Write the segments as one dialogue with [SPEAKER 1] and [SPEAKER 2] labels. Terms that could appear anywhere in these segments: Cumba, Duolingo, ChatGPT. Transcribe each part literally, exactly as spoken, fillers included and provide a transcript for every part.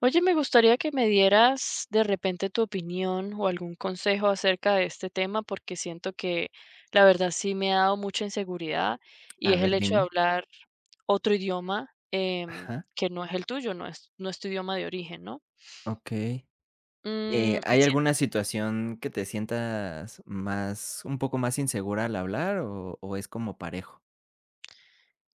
[SPEAKER 1] Oye, me gustaría que me dieras de repente tu opinión o algún consejo acerca de este tema, porque siento que la verdad sí me ha dado mucha inseguridad
[SPEAKER 2] A
[SPEAKER 1] y es el
[SPEAKER 2] ver,
[SPEAKER 1] hecho de
[SPEAKER 2] dime.
[SPEAKER 1] hablar otro idioma, em,
[SPEAKER 2] Ajá,
[SPEAKER 1] que no es el tuyo, no es, no es tu idioma de origen, ¿no?
[SPEAKER 2] okey. Eh,
[SPEAKER 1] Mm,
[SPEAKER 2] ¿hay
[SPEAKER 1] sí,
[SPEAKER 2] alguna situación que te sientas más un poco más insegura al hablar o o es como parejo?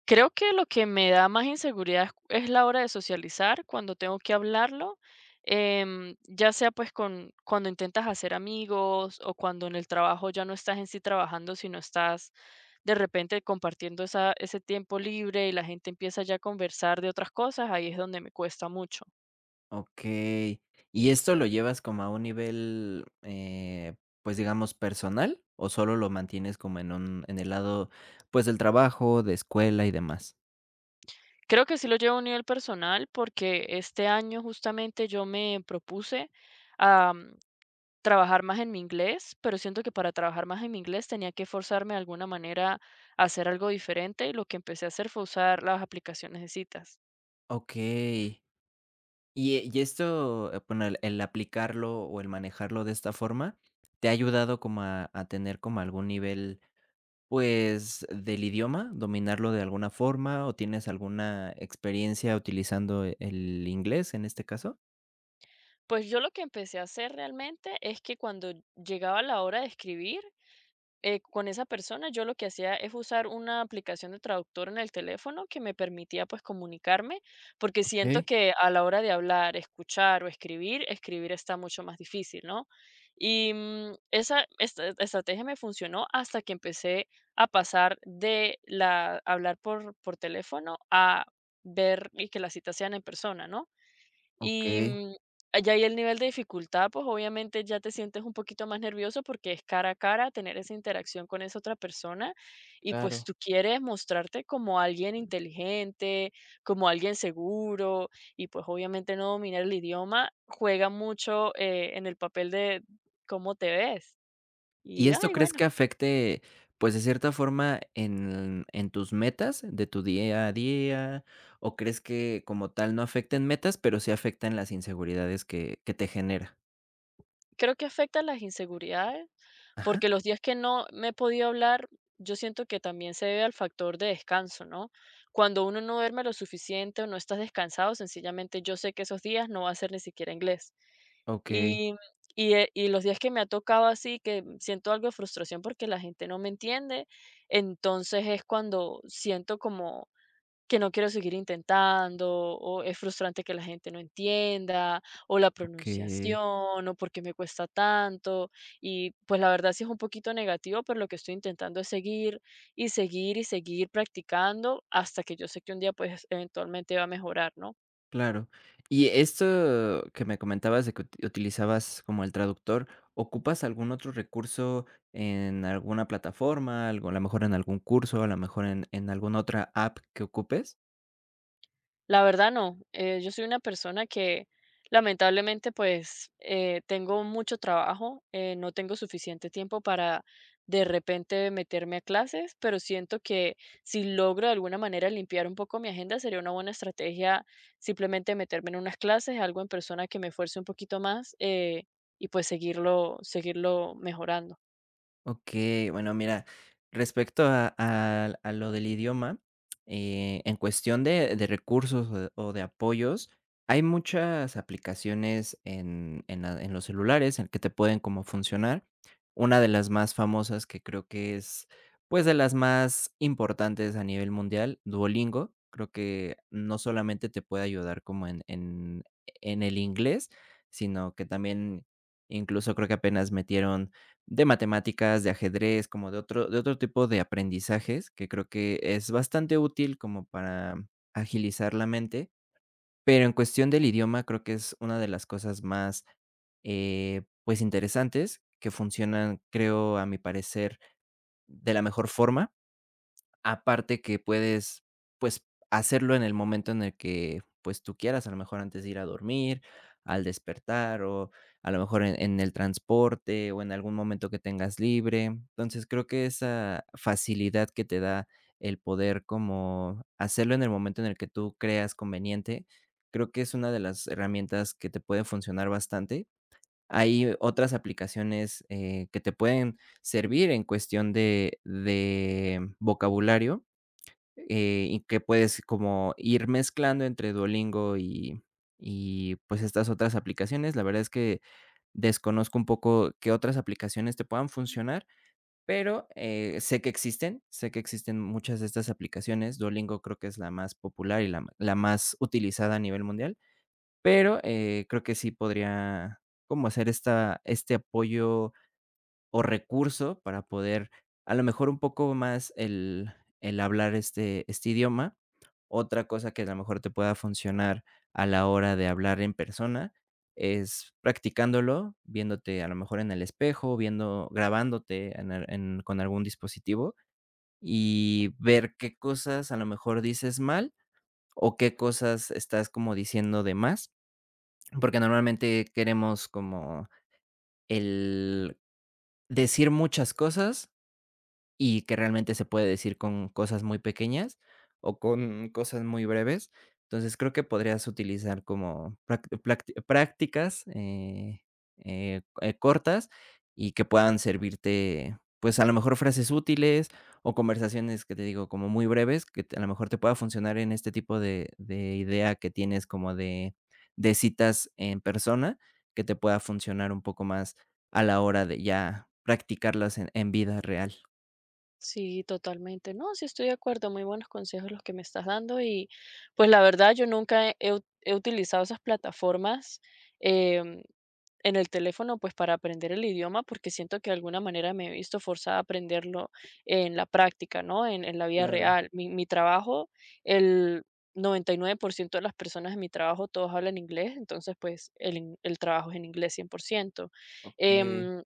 [SPEAKER 1] creo que lo que me da más inseguridad es, es la hora de socializar cuando tengo que hablarlo. Em, ya sea pues con cuando intentas hacer amigos, o cuando en el trabajo ya no estás en sí trabajando, sino estás de repente compartiendo esa, ese tiempo libre y la gente empieza ya a conversar de otras cosas, ahí es donde me cuesta mucho.
[SPEAKER 2] Okey. ¿Y esto lo llevas como a un nivel, eh, pues, digamos, personal o solo lo mantienes como en un en el lado, pues, del trabajo, de escuela y demás?
[SPEAKER 1] Creo que sí lo llevo a un nivel personal porque este año justamente yo me propuse a mm, trabajar más en mi inglés, pero siento que para trabajar más en mi inglés tenía que forzarme de alguna manera a hacer algo diferente, y lo que empecé a hacer fue usar las aplicaciones de citas.
[SPEAKER 2] Okey. Y, eh, y esto, eh, bueno, el el aplicarlo o el manejarlo de esta forma, ¿te ha ayudado como a a tener como algún nivel? Pues, del idioma, dominarlo de alguna forma, ¿o tienes alguna experiencia utilizando e- el inglés, en este caso?
[SPEAKER 1] Pues yo lo que empecé a hacer realmente es que cuando llegaba la hora de escribir, eh, con esa persona, yo lo que hacía es usar una aplicación de traductor en el teléfono que me permitía pues comunicarme, porque siento
[SPEAKER 2] Okey.
[SPEAKER 1] que a la hora de hablar, escuchar o escribir, escribir está mucho más difícil, ¿no? Y mm, esa esta- estrategia me funcionó hasta que empecé a pasar de la hablar por, por teléfono a ver y que las citas sean en persona, ¿no? Y,
[SPEAKER 2] Okey.
[SPEAKER 1] mm, ya ahí el nivel de dificultad, pues, obviamente ya te sientes un poquito más nervioso porque es cara a cara tener esa interacción con esa otra persona, y pues
[SPEAKER 2] Claro.
[SPEAKER 1] tú quieres mostrarte como alguien inteligente, como alguien seguro, y pues obviamente no dominar el idioma juega mucho, eh, en el papel de cómo te ves.
[SPEAKER 2] ¿Y
[SPEAKER 1] Y,
[SPEAKER 2] esto
[SPEAKER 1] ay,
[SPEAKER 2] crees
[SPEAKER 1] bueno.
[SPEAKER 2] que afecte, pues, de cierta forma en en tus metas de tu día a día? ¿O crees que como tal no afecten metas, pero sí afectan las inseguridades que que te genera?
[SPEAKER 1] Creo que afecta las inseguridades,
[SPEAKER 2] Ajá.
[SPEAKER 1] porque los días que no me he podido hablar, yo siento que también se debe al factor de descanso, ¿no? Cuando uno no duerme lo suficiente o no estás descansado, sencillamente yo sé que esos días no va a ser ni siquiera inglés.
[SPEAKER 2] Okey,
[SPEAKER 1] Y, y, eh, y los días que me ha tocado así, que siento algo de frustración porque la gente no me entiende, entonces es cuando siento como que no quiero seguir intentando, o es frustrante que la gente no entienda, o la
[SPEAKER 2] okey.
[SPEAKER 1] pronunciación, o por qué me cuesta tanto. Y pues la verdad sí es un poquito negativo, pero lo que estoy intentando es seguir y seguir y seguir practicando hasta que yo sé que un día pues eventualmente va a mejorar, ¿no?
[SPEAKER 2] Claro. Y esto que me comentabas de que ut- utilizabas como el traductor, ¿ocupas algún otro recurso en alguna plataforma, algo, a lo mejor en algún curso, a lo mejor en, en alguna otra app que ocupes?
[SPEAKER 1] La verdad no, eh, yo soy una persona que lamentablemente pues eh, tengo mucho trabajo, eh, no tengo suficiente tiempo para de repente meterme a clases, pero siento que si logro de alguna manera limpiar un poco mi agenda, sería una buena estrategia simplemente meterme en unas clases, algo en persona que me esfuerce un poquito más, eh, y pues seguirlo, seguirlo mejorando.
[SPEAKER 2] Okey, bueno, mira, respecto a a a lo del idioma, eh, en cuestión de de recursos o de o de apoyos, hay muchas aplicaciones en en la en los celulares en que te pueden como funcionar. Una de las más famosas que creo que es, pues, de las más importantes a nivel mundial, Duolingo. Creo que no solamente te puede ayudar como en en en el inglés, sino que también incluso creo que apenas metieron de matemáticas, de ajedrez, como de otro de otro tipo de aprendizajes, que creo que es bastante útil como para agilizar la mente, pero en cuestión del idioma creo que es una de las cosas más, eh, pues, interesantes que funcionan, creo, a mi parecer, de la mejor forma. Aparte que puedes, pues, hacerlo en el momento en el que, pues, tú quieras, a lo mejor antes de ir a dormir, al despertar o a lo mejor en en el transporte o en algún momento que tengas libre. Entonces, creo que esa facilidad que te da el poder como hacerlo en el momento en el que tú creas conveniente, creo que es una de las herramientas que te puede funcionar bastante. Hay otras aplicaciones, eh, que te pueden servir en cuestión de de vocabulario, eh, y que puedes como ir mezclando entre Duolingo y y, pues, estas otras aplicaciones. La verdad es que desconozco un poco qué otras aplicaciones te puedan funcionar, pero, eh, sé que existen, sé que existen muchas de estas aplicaciones. Duolingo creo que es la más popular y la ma- la más utilizada a nivel mundial, pero, eh, creo que sí podría como hacer esta este apoyo o recurso para poder, a lo mejor, un poco más el el hablar este este idioma. Otra cosa que a lo mejor te pueda funcionar a la hora de hablar en persona es practicándolo, viéndote a lo mejor en el espejo, viendo grabándote en al en con algún dispositivo y ver qué cosas a lo mejor dices mal o qué cosas estás como diciendo de más, porque normalmente queremos como el decir muchas cosas y que realmente se puede decir con cosas muy pequeñas o con cosas muy breves. Entonces, creo que podrías utilizar como prac- plac- prácticas eh, eh, eh, cortas y que puedan servirte, pues a lo mejor frases útiles o conversaciones que te digo como muy breves, que te- a lo mejor te pueda funcionar en este tipo de, de idea que tienes como de, de citas en persona, que te pueda funcionar un poco más a la hora de ya practicarlas en en vida real.
[SPEAKER 1] Sí, totalmente. No, sí estoy de acuerdo. Muy buenos consejos los que me estás dando, y pues la verdad yo nunca he, he ut- he utilizado esas plataformas em, en el teléfono pues para aprender el idioma, porque siento que de alguna manera me he visto forzada a aprenderlo en la práctica, ¿no? En, en la vida
[SPEAKER 2] Claro,
[SPEAKER 1] real. Mi, mi trabajo, el noventa y nueve por ciento de las personas en mi trabajo todos hablan inglés, entonces pues el, in- el trabajo es en inglés cien por ciento.
[SPEAKER 2] okey,
[SPEAKER 1] Em,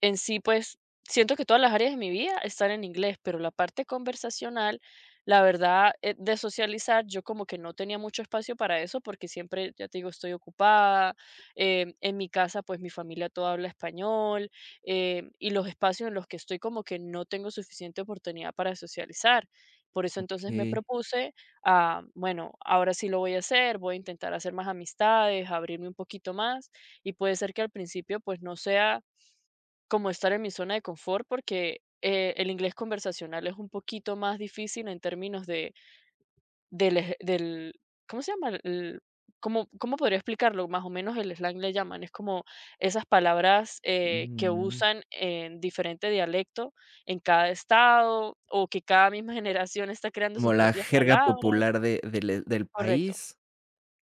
[SPEAKER 1] en sí, pues siento que todas las áreas de mi vida están en inglés, pero la parte conversacional, la verdad, eh, de socializar, yo como que no tenía mucho espacio para eso porque siempre, ya te digo, estoy ocupada. Em, en mi casa, pues mi familia toda habla español. Em, y los espacios en los que estoy, como que no tengo suficiente oportunidad para socializar. Por eso entonces me
[SPEAKER 2] okey,
[SPEAKER 1] propuse a, bueno, ahora sí lo voy a hacer, voy a intentar hacer más amistades, abrirme un poquito más, y puede ser que al principio pues no sea como estar en mi zona de confort, porque, eh, el inglés conversacional es un poquito más difícil en términos de del ej del ¿cómo se llama? El ¿cómo cómo podría explicarlo? Más o menos el slang le llaman, es como esas palabras, eh, que
[SPEAKER 2] mm,
[SPEAKER 1] usan en diferente dialecto en cada estado, o que cada misma generación está creando
[SPEAKER 2] como
[SPEAKER 1] sus
[SPEAKER 2] la
[SPEAKER 1] propias
[SPEAKER 2] jerga
[SPEAKER 1] palabras.
[SPEAKER 2] popular de del del
[SPEAKER 1] Correcto.
[SPEAKER 2] país.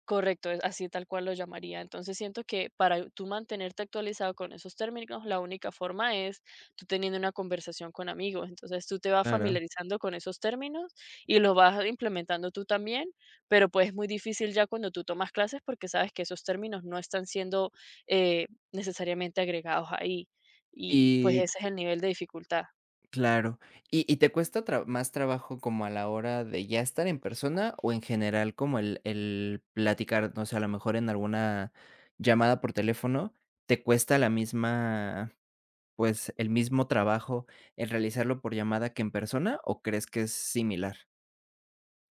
[SPEAKER 1] Correcto, es así tal cual lo llamaría. Entonces siento que para tú mantenerte actualizado con esos términos, la única forma es tú teniendo una conversación con amigos. Entonces tú te vas
[SPEAKER 2] Claro.
[SPEAKER 1] familiarizando con esos términos y los vas implementando tú también, pero pues es muy difícil ya cuando tú tomas clases, porque sabes que esos términos no están siendo, eh, necesariamente agregados ahí. Y pues
[SPEAKER 2] Y t-
[SPEAKER 1] ese es el nivel de dificultad.
[SPEAKER 2] claro, ¿y y te cuesta tra más trabajo como a la hora de ya estar en persona o en general como el el platicar? No sé, a lo mejor en alguna llamada por teléfono, ¿te cuesta la misma, pues, el mismo trabajo el realizarlo por llamada que en persona o crees que es similar?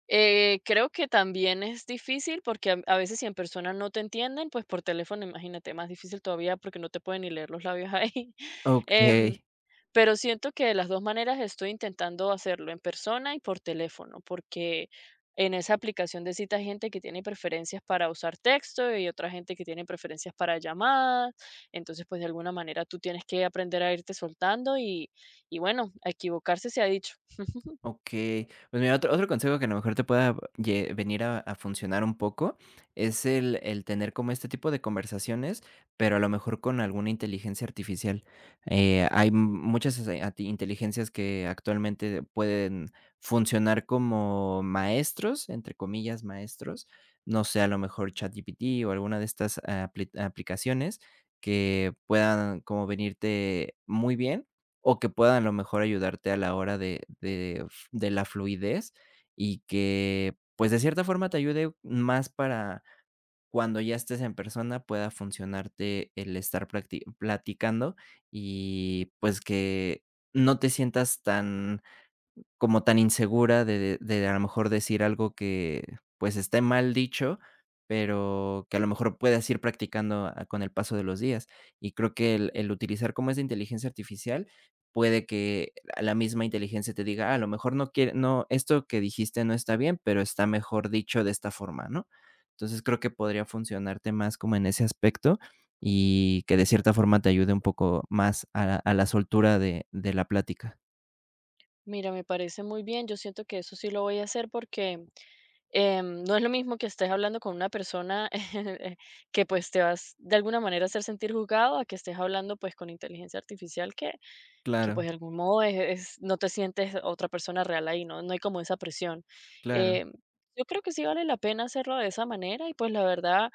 [SPEAKER 1] Eh, creo que también es difícil porque a a veces si en persona no te entienden, pues por teléfono, imagínate, más difícil todavía, porque no te pueden ni leer los labios ahí. Em,
[SPEAKER 2] Okey.
[SPEAKER 1] pero siento que de las dos maneras estoy intentando hacerlo, en persona y por teléfono, porque en esa aplicación de cita hay gente que tiene preferencias para usar texto y otra gente que tiene preferencias para llamadas. Entonces, pues de alguna manera tú tienes que aprender a irte soltando y, y bueno, a equivocarse se ha dicho.
[SPEAKER 2] Okey. Pues mira, otro otro consejo que a lo mejor te pueda lle venir a a funcionar un poco, es el el tener como este tipo de conversaciones, pero a lo mejor con alguna inteligencia artificial. Eh, hay m- muchas ese a inteligencias que actualmente pueden funcionar como maestros, entre comillas, maestros. No sé, a lo mejor ChatGPT o alguna de estas apli aplicaciones que puedan como venirte muy bien, o que puedan a lo mejor ayudarte a la hora de de la fluidez y que, pues, de cierta forma te ayude más para cuando ya estés en persona pueda funcionarte el estar practi platicando y, pues, que no te sientas tan como tan insegura de de de a lo mejor decir algo que, pues, esté mal dicho, pero que a lo mejor puedas ir practicando a con el paso de los días. Y creo que el el utilizar como esa inteligencia artificial puede que a la misma inteligencia te diga: "Ah, a lo mejor no quiere no, esto que dijiste no está bien, pero está mejor dicho de esta forma", ¿no? Entonces, creo que podría funcionarte más como en ese aspecto y que de cierta forma te ayude un poco más a a la soltura de de la plática.
[SPEAKER 1] Mira, me parece muy bien. Yo siento que eso sí lo voy a hacer porque em, no es lo mismo que estés hablando con una persona que pues te vas de alguna manera a hacer sentir juzgado, a que estés hablando pues con inteligencia artificial que que,
[SPEAKER 2] Claro,
[SPEAKER 1] pues, de algún modo es es no te sientes otra persona real ahí, ¿no? No hay como esa presión.
[SPEAKER 2] claro.
[SPEAKER 1] Em, yo creo que sí vale la pena hacerlo de esa manera, y pues la verdad,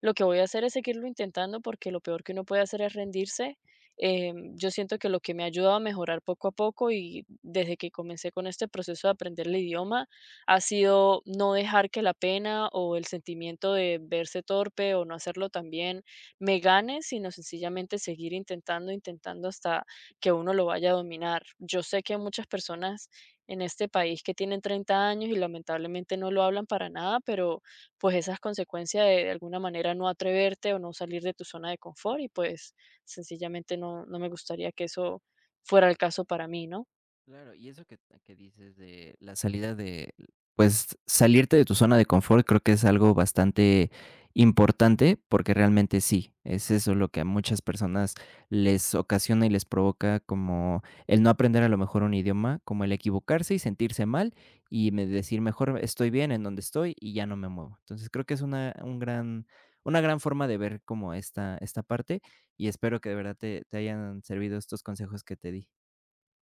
[SPEAKER 1] lo que voy a hacer es seguirlo intentando, porque lo peor que uno puede hacer es rendirse. Em, yo siento que lo que me ha ayudado a mejorar poco a poco, y desde que comencé con este proceso de aprender el idioma, ha sido no dejar que la pena o el sentimiento de verse torpe o no hacerlo tan bien me gane, sino sencillamente seguir intentando, intentando hasta que uno lo vaya a dominar. Yo sé que hay muchas personas en este país que tienen treinta años y lamentablemente no lo hablan para nada, pero pues esas consecuencias de, de alguna manera no atreverte o no salir de tu zona de confort, y pues sencillamente no, no me gustaría que eso fuera el caso para mí, ¿no?
[SPEAKER 2] Claro, y eso que, que dices de la salida de, pues salirte de tu zona de confort, creo que es algo bastante importante porque realmente sí, es eso lo que a muchas personas les ocasiona y les provoca como el no aprender a lo mejor un idioma, como el equivocarse y sentirse mal y me- decir mejor estoy bien en donde estoy y ya no me muevo. Entonces creo que es una, un gran, una gran forma de ver como esta, esta parte y espero que de verdad te, te hayan servido estos consejos que te di.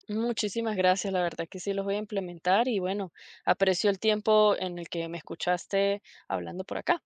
[SPEAKER 1] Muchísimas gracias, la verdad que sí los voy a implementar, y bueno, aprecio el tiempo en el que me escuchaste hablando por acá.